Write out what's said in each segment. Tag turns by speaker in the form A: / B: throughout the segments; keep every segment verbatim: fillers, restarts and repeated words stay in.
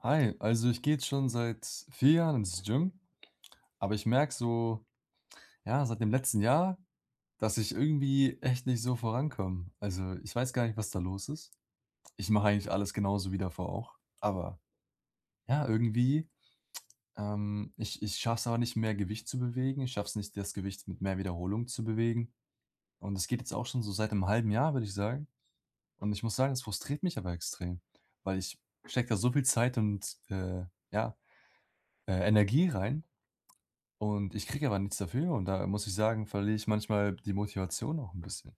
A: Hi, also ich gehe jetzt schon seit vier Jahren ins Gym, aber ich merke so, ja, seit dem letzten Jahr, dass ich irgendwie echt nicht so vorankomme. Also ich weiß gar nicht, was da los ist. Ich mache eigentlich alles genauso wie davor auch. Aber ja, irgendwie, ähm, ich, ich schaffe es aber nicht, mehr Gewicht zu bewegen. Ich schaffe es nicht, das Gewicht mit mehr Wiederholung zu bewegen. Und das geht jetzt auch schon so seit einem halben Jahr, würde ich sagen. Und ich muss sagen, es frustriert mich aber extrem, weil ich stecke da so viel Zeit und äh, ja, äh, Energie rein. Und ich kriege aber nichts dafür und da muss ich sagen, verliere ich manchmal die Motivation auch ein bisschen.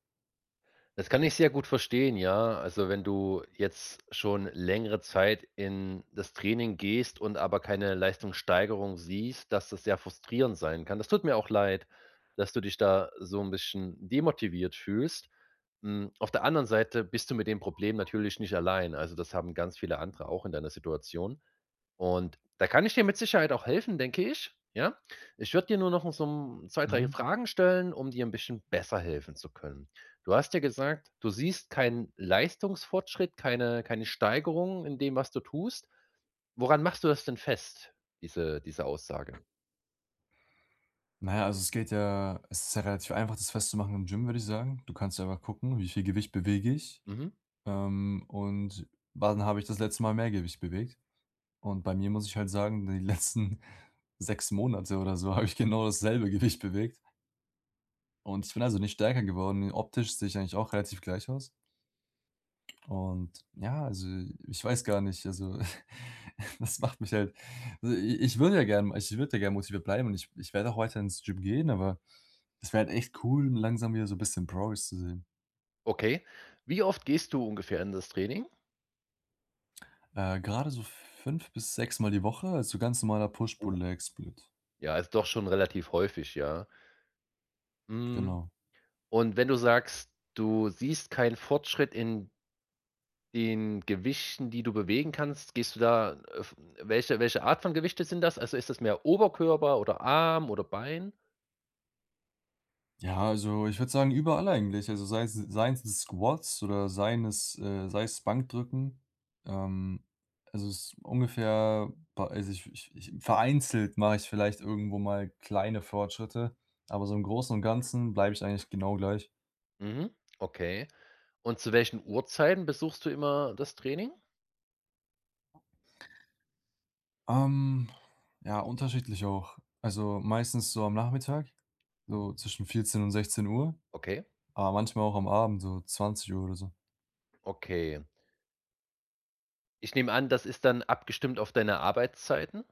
B: Das kann ich sehr gut verstehen, ja. Also, wenn du jetzt schon längere Zeit in das Training gehst und aber keine Leistungssteigerung siehst, dass das sehr frustrierend sein kann. Das tut mir auch leid, dass du dich da so ein bisschen demotiviert fühlst. Hm, auf der anderen Seite bist du mit dem Problem natürlich nicht allein. Also, das haben ganz viele andere auch in deiner Situation. Und da kann ich dir mit Sicherheit auch helfen, denke ich, ja? Ich würde dir nur noch so 'n zwei, drei
A: Mhm.
B: Fragen stellen, um dir ein bisschen besser helfen zu können. Du hast ja gesagt, du siehst keinen Leistungsfortschritt, keine keine Steigerung in dem, was du tust. Woran machst du das denn fest, diese diese Aussage?
A: Na ja, also, es geht ja es ist ja relativ einfach, das festzumachen im Gym, würde ich sagen. Du kannst ja einfach gucken, wie viel Gewicht bewege ich,
B: Mhm,
A: ähm, und wann habe ich das letzte Mal mehr Gewicht bewegt? Und bei mir muss ich halt sagen, die letzten sechs Monate oder so habe ich genau dasselbe Gewicht bewegt und ich bin also nicht stärker geworden. Optisch sehe ich eigentlich auch relativ gleich aus. Und ja, also, ich weiß gar nicht, also, das macht mich halt, also, i ich würde ja gerne, ich würde ja gerne motiviert bleiben, und ich ich werde auch weiter ins Gym gehen, aber es wäre halt echt cool, langsam wieder so ein bisschen Progress zu sehen.
B: okay. Wie oft gehst du ungefähr in das Training?
A: Äh, grade so fünf bis sechs Mal die Woche, also, ganz normaler
B: Oh,
A: Push-Pull-Leg-Split,
B: ja, ist doch schon relativ häufig, ja. Hm,
A: genau.
B: und wenn du sagst, du siehst keinen Fortschritt in den Gewichten, die du bewegen kannst, gehst du da äh, v welche welche Art von Gewichte sind das? Also, ist das mehr Oberkörper oder Arm oder Bein?
A: Ja, also ich würde sagen, überall eigentlich. Also sei es seien es Squats oder seien es, äh sei es Bankdrücken. Ähm, also es ist ungefähr bei, also ich ich ich vereinzelt mache ich vielleicht irgendwo mal kleine Fortschritte, aber so im Großen und Ganzen bleibe ich eigentlich genau gleich.
B: Mhm, okay. Und zu welchen Uhrzeiten besuchst du immer das Training?
A: Ähm, ja, unterschiedlich auch. Also meistens so am Nachmittag, so zwischen vierzehn und sechzehn Uhr,
B: Okay,
A: aber manchmal auch am Abend, so zwanzig Uhr oder so.
B: okay. Ich nehme an, das ist dann abgestimmt auf deine Arbeitszeiten?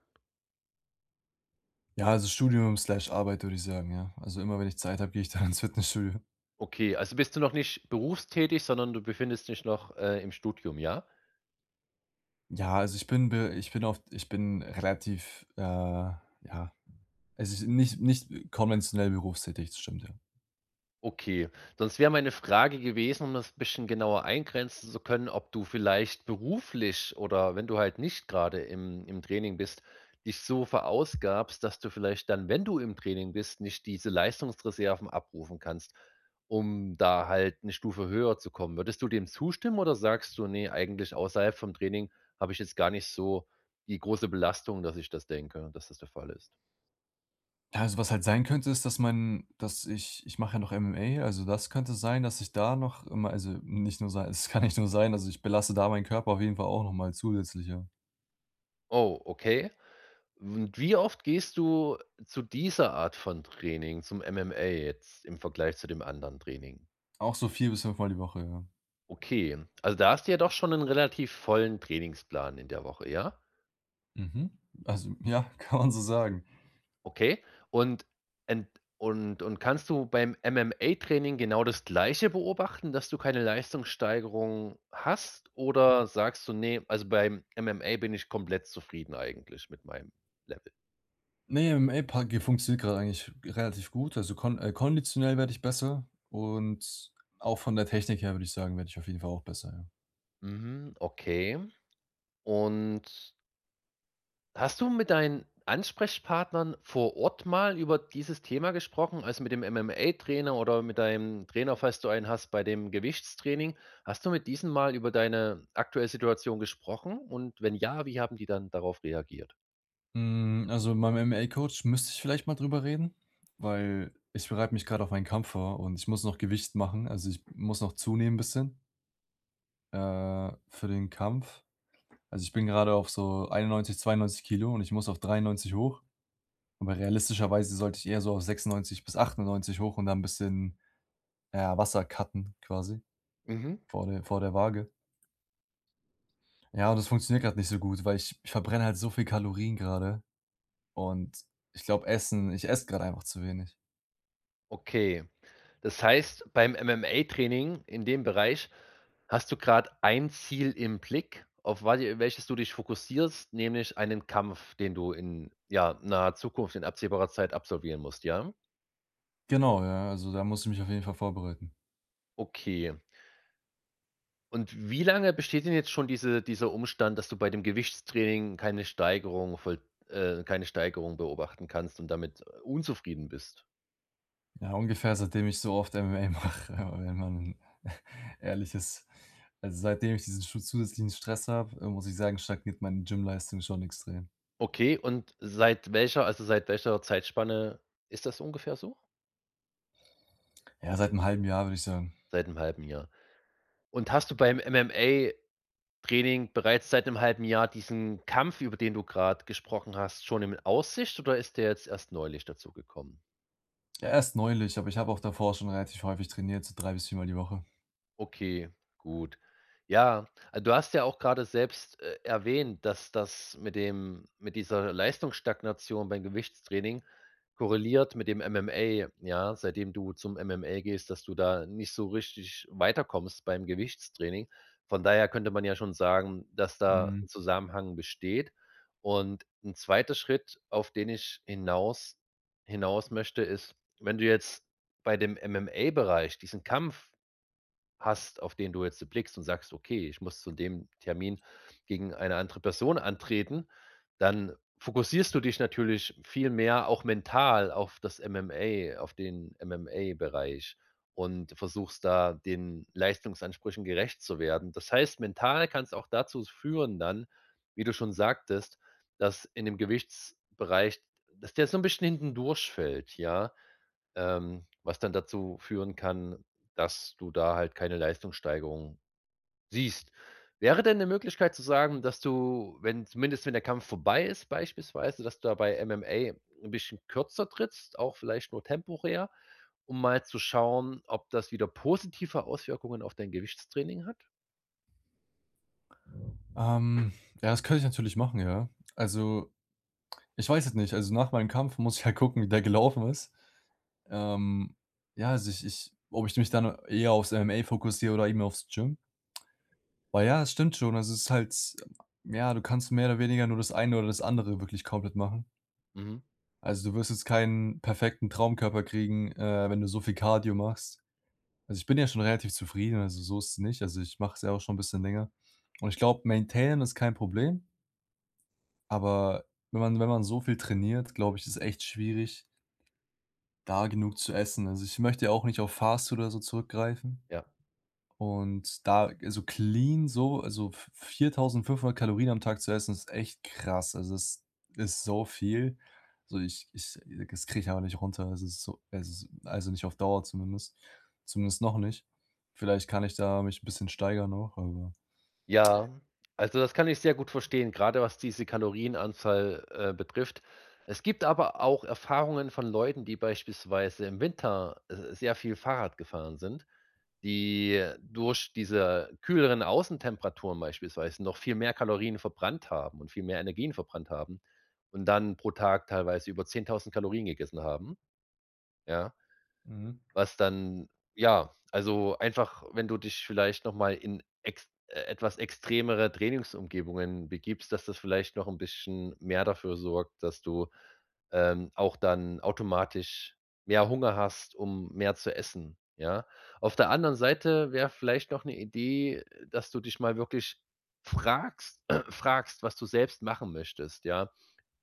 A: Ja, also Studium/Arbeit slash Arbeit, würde ich sagen, ja. Also immer wenn ich Zeit habe, gehe ich dann ins Fitnessstudio.
B: Okay, also bist du noch nicht berufstätig, sondern du befindest dich noch, äh, im Studium, ja?
A: Ja, also ich bin be ich bin auf ich bin relativ, äh, ja, also ich nicht nicht konventionell berufstätig, das stimmt, ja.
B: Okay, sonst wäre meine Frage gewesen, um das ein bisschen genauer eingrenzen zu können, ob du vielleicht beruflich oder wenn du halt nicht gerade im im Training bist, dich so verausgabst, dass du vielleicht dann, wenn du im Training bist, nicht diese Leistungsreserven abrufen kannst, um da halt eine Stufe höher zu kommen. Würdest du dem zustimmen oder sagst du: nee, eigentlich außerhalb vom Training habe ich jetzt gar nicht so die große Belastung, dass ich das denke, dass das der Fall ist?“
A: Ja, also was halt sein könnte, ist, dass man dass ich ich mache ja noch M M A, also das könnte sein, dass ich da noch immer, also nicht nur sein, es kann nicht nur sein, also ich belasse da meinen Körper auf jeden Fall auch noch mal zusätzlich, ja.
B: Oh, okay. Und wie oft gehst du zu dieser Art von Training, zum M M A jetzt im Vergleich zu dem anderen Training?
A: Auch so vier bis fünfmal die Woche, ja.
B: Okay, also da hast du ja doch schon 'nen relativ vollen Trainingsplan in der Woche, ja?
A: Mhm. Also ja, kann man so sagen.
B: Okay. Und ent und und kannst du beim M M A-Training genau das Gleiche beobachten, dass du keine Leistungssteigerung hast? Oder sagst du: „Ne, also beim M M A bin ich komplett zufrieden eigentlich mit meinem Level?“
A: Ne, M M A P U B G funktioniert gerade eigentlich relativ gut. Also, kon äh, konditionell werde ich besser, und auch von der Technik her würde ich sagen, werde ich auf jeden Fall auch besser, ja.
B: Mhm, okay. Und hast du mit deinen Ansprechpartnern vor Ort mal über dieses Thema gesprochen? Also, mit dem M M A-Trainer oder mit deinem Trainer, falls du einen hast, bei dem Gewichtstraining. Hast du mit diesen mal über deine aktuelle Situation gesprochen? Und wenn ja, wie haben die dann darauf reagiert?
A: Hm, also, mit meinem M M A-Coach müsste ich vielleicht mal drüber reden, weil ich bereite mich gerade auf meinen Kampf vor und ich muss noch Gewicht machen. Also, ich muss noch zunehmen bisschen, äh, für den Kampf. Also, ich bin gerade auf so einundneunzig, zweiundneunzig Kilo und ich muss auf dreiundneunzig hoch. Aber realistischerweise sollte ich eher so auf sechsundneunzig bis achtundneunzig hoch und dann ein bisschen, ja, Wasser cutten quasi.
B: Mhm.
A: Vor der vor der Waage. Ja, und das funktioniert gerade nicht so gut, weil ich ich verbrenne halt so viel Kalorien gerade und ich glaube, Essen ich esse gerade einfach zu wenig.
B: Okay, das heißt, beim M M A-Training in dem Bereich hast du gerade ein Ziel im Blick, auf wa welches du dich fokussierst, nämlich einen Kampf, den du in, ja, naher Zukunft, in absehbarer Zeit absolvieren musst, ja?
A: Genau, ja, also da muss ich mich auf jeden Fall vorbereiten.
B: Okay. Und wie lange besteht denn jetzt schon diese dieser Umstand, dass du bei dem Gewichtstraining keine Steigerung voll äh, keine Steigerung beobachten kannst und damit äh, unzufrieden bist?
A: Ja, ungefähr seitdem ich so oft M M A mache, wenn man ehrlich ist. Also, seitdem ich diesen schu zusätzlichen Stress habe, äh, muss ich sagen, stagniert meine Gymleistung schon extrem.
B: Okay, und seit welcher also, seit welcher Zeitspanne ist das ungefähr so?
A: Ja, seit einem halben Jahr, würde ich sagen.
B: Seit einem halben Jahr. Und hast du beim M M A-Training bereits seit einem halben Jahr diesen Kampf, über den du gerade gesprochen hast, schon in Aussicht oder ist der jetzt erst neulich dazugekommen?
A: Ja, erst neulich, aber ich habe auch davor schon relativ häufig trainiert, so drei bis viermal die Woche.
B: Okay, gut. Ja, äh, du hast ja auch gerade selbst, äh, erwähnt, dass das mit dem mit dieser Leistungsstagnation beim Gewichtstraining korreliert mit dem M M A, ja, seitdem du zum M M A gehst, dass du da nicht so richtig weiterkommst beim Gewichtstraining. Von daher könnte man ja schon sagen, dass da
A: Mhm.
B: 'n Zusammenhang besteht. Und ein zweiter Schritt, auf den ich hinaus hinaus möchte, ist, wenn du jetzt bei dem M M A-Bereich diesen Kampf hast, auf den du jetzt so blickst und sagst: „Okay, ich muss zu dem Termin gegen eine andere Person antreten“, dann fokussierst du dich natürlich viel mehr auch mental auf das M M A auf den M M A-Bereich und versuchst da den Leistungsansprüchen gerecht zu werden. Das heißt, mental kann es auch dazu führen dann, wie du schon sagtest, dass in dem Gewichtsbereich dass der so ein bisschen hinten durchfällt, ja? Ähm, was dann dazu führen kann, dass du da halt keine Leistungssteigerung siehst. Wäre denn 'ne Möglichkeit zu sagen, dass du, wenn zumindest wenn der Kampf vorbei ist beispielsweise, dass du da bei M M A 'n bisschen kürzer trittst, auch vielleicht nur temporär, um mal zu schauen, ob das wieder positive Auswirkungen auf dein Gewichtstraining hat?
A: Ähm, ja, das könnte ich natürlich machen, ja. Also, ich weiß es nicht. Also, nach meinem Kampf muss ich halt gucken, wie der gelaufen ist. Ähm, ja, also, ich ich ob ich mich dann eher aufs M M A fokussiere oder eben aufs Gym. Aber ja, es stimmt schon. Also, es ist halt, ja, du kannst mehr oder weniger nur das eine oder das andere wirklich komplett machen.
B: Mhm,
A: Also, du wirst jetzt keinen perfekten Traumkörper kriegen, äh, wenn du so viel Cardio machst. Also, ich bin ja schon relativ zufrieden, also, so ist es nicht. Also, ich mache es ja auch schon ein bisschen länger. Und ich glaube, maintainen ist kein Problem, aber wenn man wenn man so viel trainiert, glaube ich, ist echt schwierig, da genug zu essen. Also, ich möchte ja auch nicht auf Fastfood oder so zurückgreifen,
B: ja.
A: und da, also, clean, so, also, v viertausendfünfhundert Kalorien am Tag zu essen, ist echt krass. Also, das ist so viel. So, ich ich das kriege ich aber nicht runter. Also, es ist so es ist, also, nicht auf Dauer zumindest. Zumindest noch nicht. Vielleicht kann ich da mich ein bisschen steigern noch, aber.
B: Ja, also das kann ich sehr gut verstehen, gerade was diese Kalorienanzahl, äh, betrifft. Es gibt aber auch Erfahrungen von Leuten, die beispielsweise im Winter, äh, sehr viel Fahrrad gefahren sind, die durch diese kühleren Außentemperaturen beispielsweise noch viel mehr Kalorien verbrannt haben und viel mehr Energien verbrannt haben und dann pro Tag teilweise über zehntausend Kalorien gegessen haben, ja?
A: Mhm.
B: Was dann ja, also einfach, wenn du dich vielleicht noch mal in ex äh, etwas extremere Trainingsumgebungen begibst, dass das vielleicht noch ein bisschen mehr dafür sorgt, dass du, ähm, auch dann automatisch mehr Hunger hast, um mehr zu essen, ja? Auf der anderen Seite wäre vielleicht noch eine Idee, dass du dich mal wirklich fragst fragst, was du selbst machen möchtest, ja?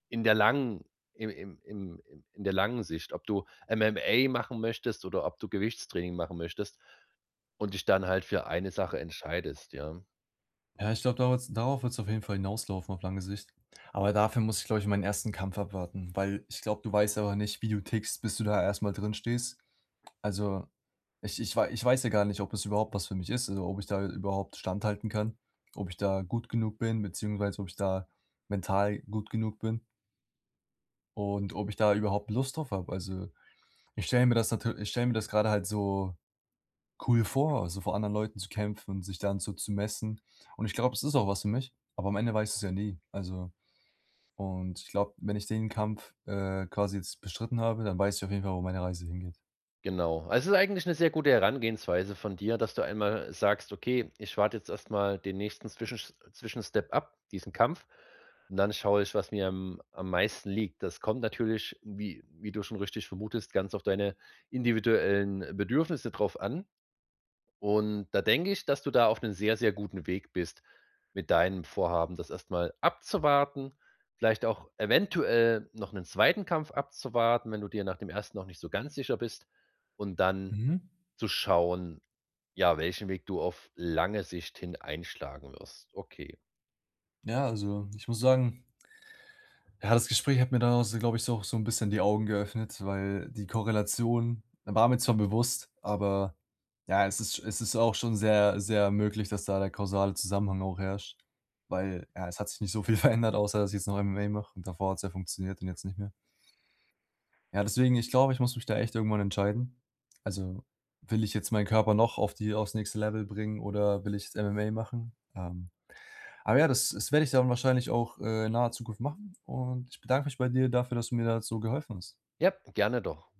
B: In der langen, im im im im in der langen Sicht, ob du M M A machen möchtest oder ob du Gewichtstraining machen möchtest und dich dann halt für eine Sache entscheidest, ja.
A: Ja, ich glaube, darauf darauf wird es auf jeden Fall hinauslaufen auf lange Sicht. Aber dafür muss ich, glaube ich, meinen ersten Kampf abwarten, weil ich glaube, du weißt aber nicht, wie du tickst, bis du da erstmal drin stehst. Also, ich ich wei ich weiß ja gar nicht, ob es überhaupt was für mich ist, also, ob ich da überhaupt standhalten kann, ob ich da gut genug bin, beziehungsweise ob ich da mental gut genug bin und ob ich da überhaupt Lust drauf habe. Also, ich stelle mir das natürlich, ich stelle mir das gerade halt so cool vor, also vor anderen Leuten zu kämpfen und sich dann so zu messen. Und ich glaube, es ist auch was für mich, aber am Ende weiß ich es ja nie. Also, und ich glaube, wenn ich den Kampf äh, quasi jetzt bestritten habe, dann weiß ich auf jeden Fall, wo meine Reise hingeht.
B: Genau. Also, es ist eigentlich eine sehr gute Herangehensweise von dir, dass du einmal sagst: „Okay, ich warte jetzt erstmal den nächsten Zwischensch Zwischenstep ab, diesen Kampf, und dann schaue ich, was mir am am meisten liegt.“ Das kommt natürlich, wie wie du schon richtig vermutest, ganz auf deine individuellen Bedürfnisse drauf an. Und da denke ich, dass du da auf einem sehr, sehr guten Weg bist mit deinem Vorhaben, das erstmal abzuwarten, vielleicht auch eventuell noch einen zweiten Kampf abzuwarten, wenn du dir nach dem ersten noch nicht so ganz sicher bist und dann
A: Mhm.
B: zu schauen, ja, welchen Weg du auf lange Sicht hin einschlagen wirst. Okay.
A: Ja, also ich muss sagen, ja, das Gespräch hat mir dann auch so, glaube ich, so so ein bisschen die Augen geöffnet, weil die Korrelation war mir zwar bewusst, aber ja, es ist es ist auch schon sehr, sehr möglich, dass da der kausale Zusammenhang auch herrscht, weil, ja, es hat sich nicht so viel verändert, außer dass ich jetzt noch M M A mache und davor hat es ja funktioniert und jetzt nicht mehr. Ja, deswegen, ich glaube, ich muss mich da echt irgendwann entscheiden. Also, will ich jetzt meinen Körper noch auf die aufs nächste Level bringen oder will ich jetzt M M A machen? Ähm. Aber ja, das das werde ich dann wahrscheinlich auch, äh, in naher Zukunft machen und ich bedanke mich bei dir dafür, dass du mir da so geholfen hast.
B: Ja, gerne doch.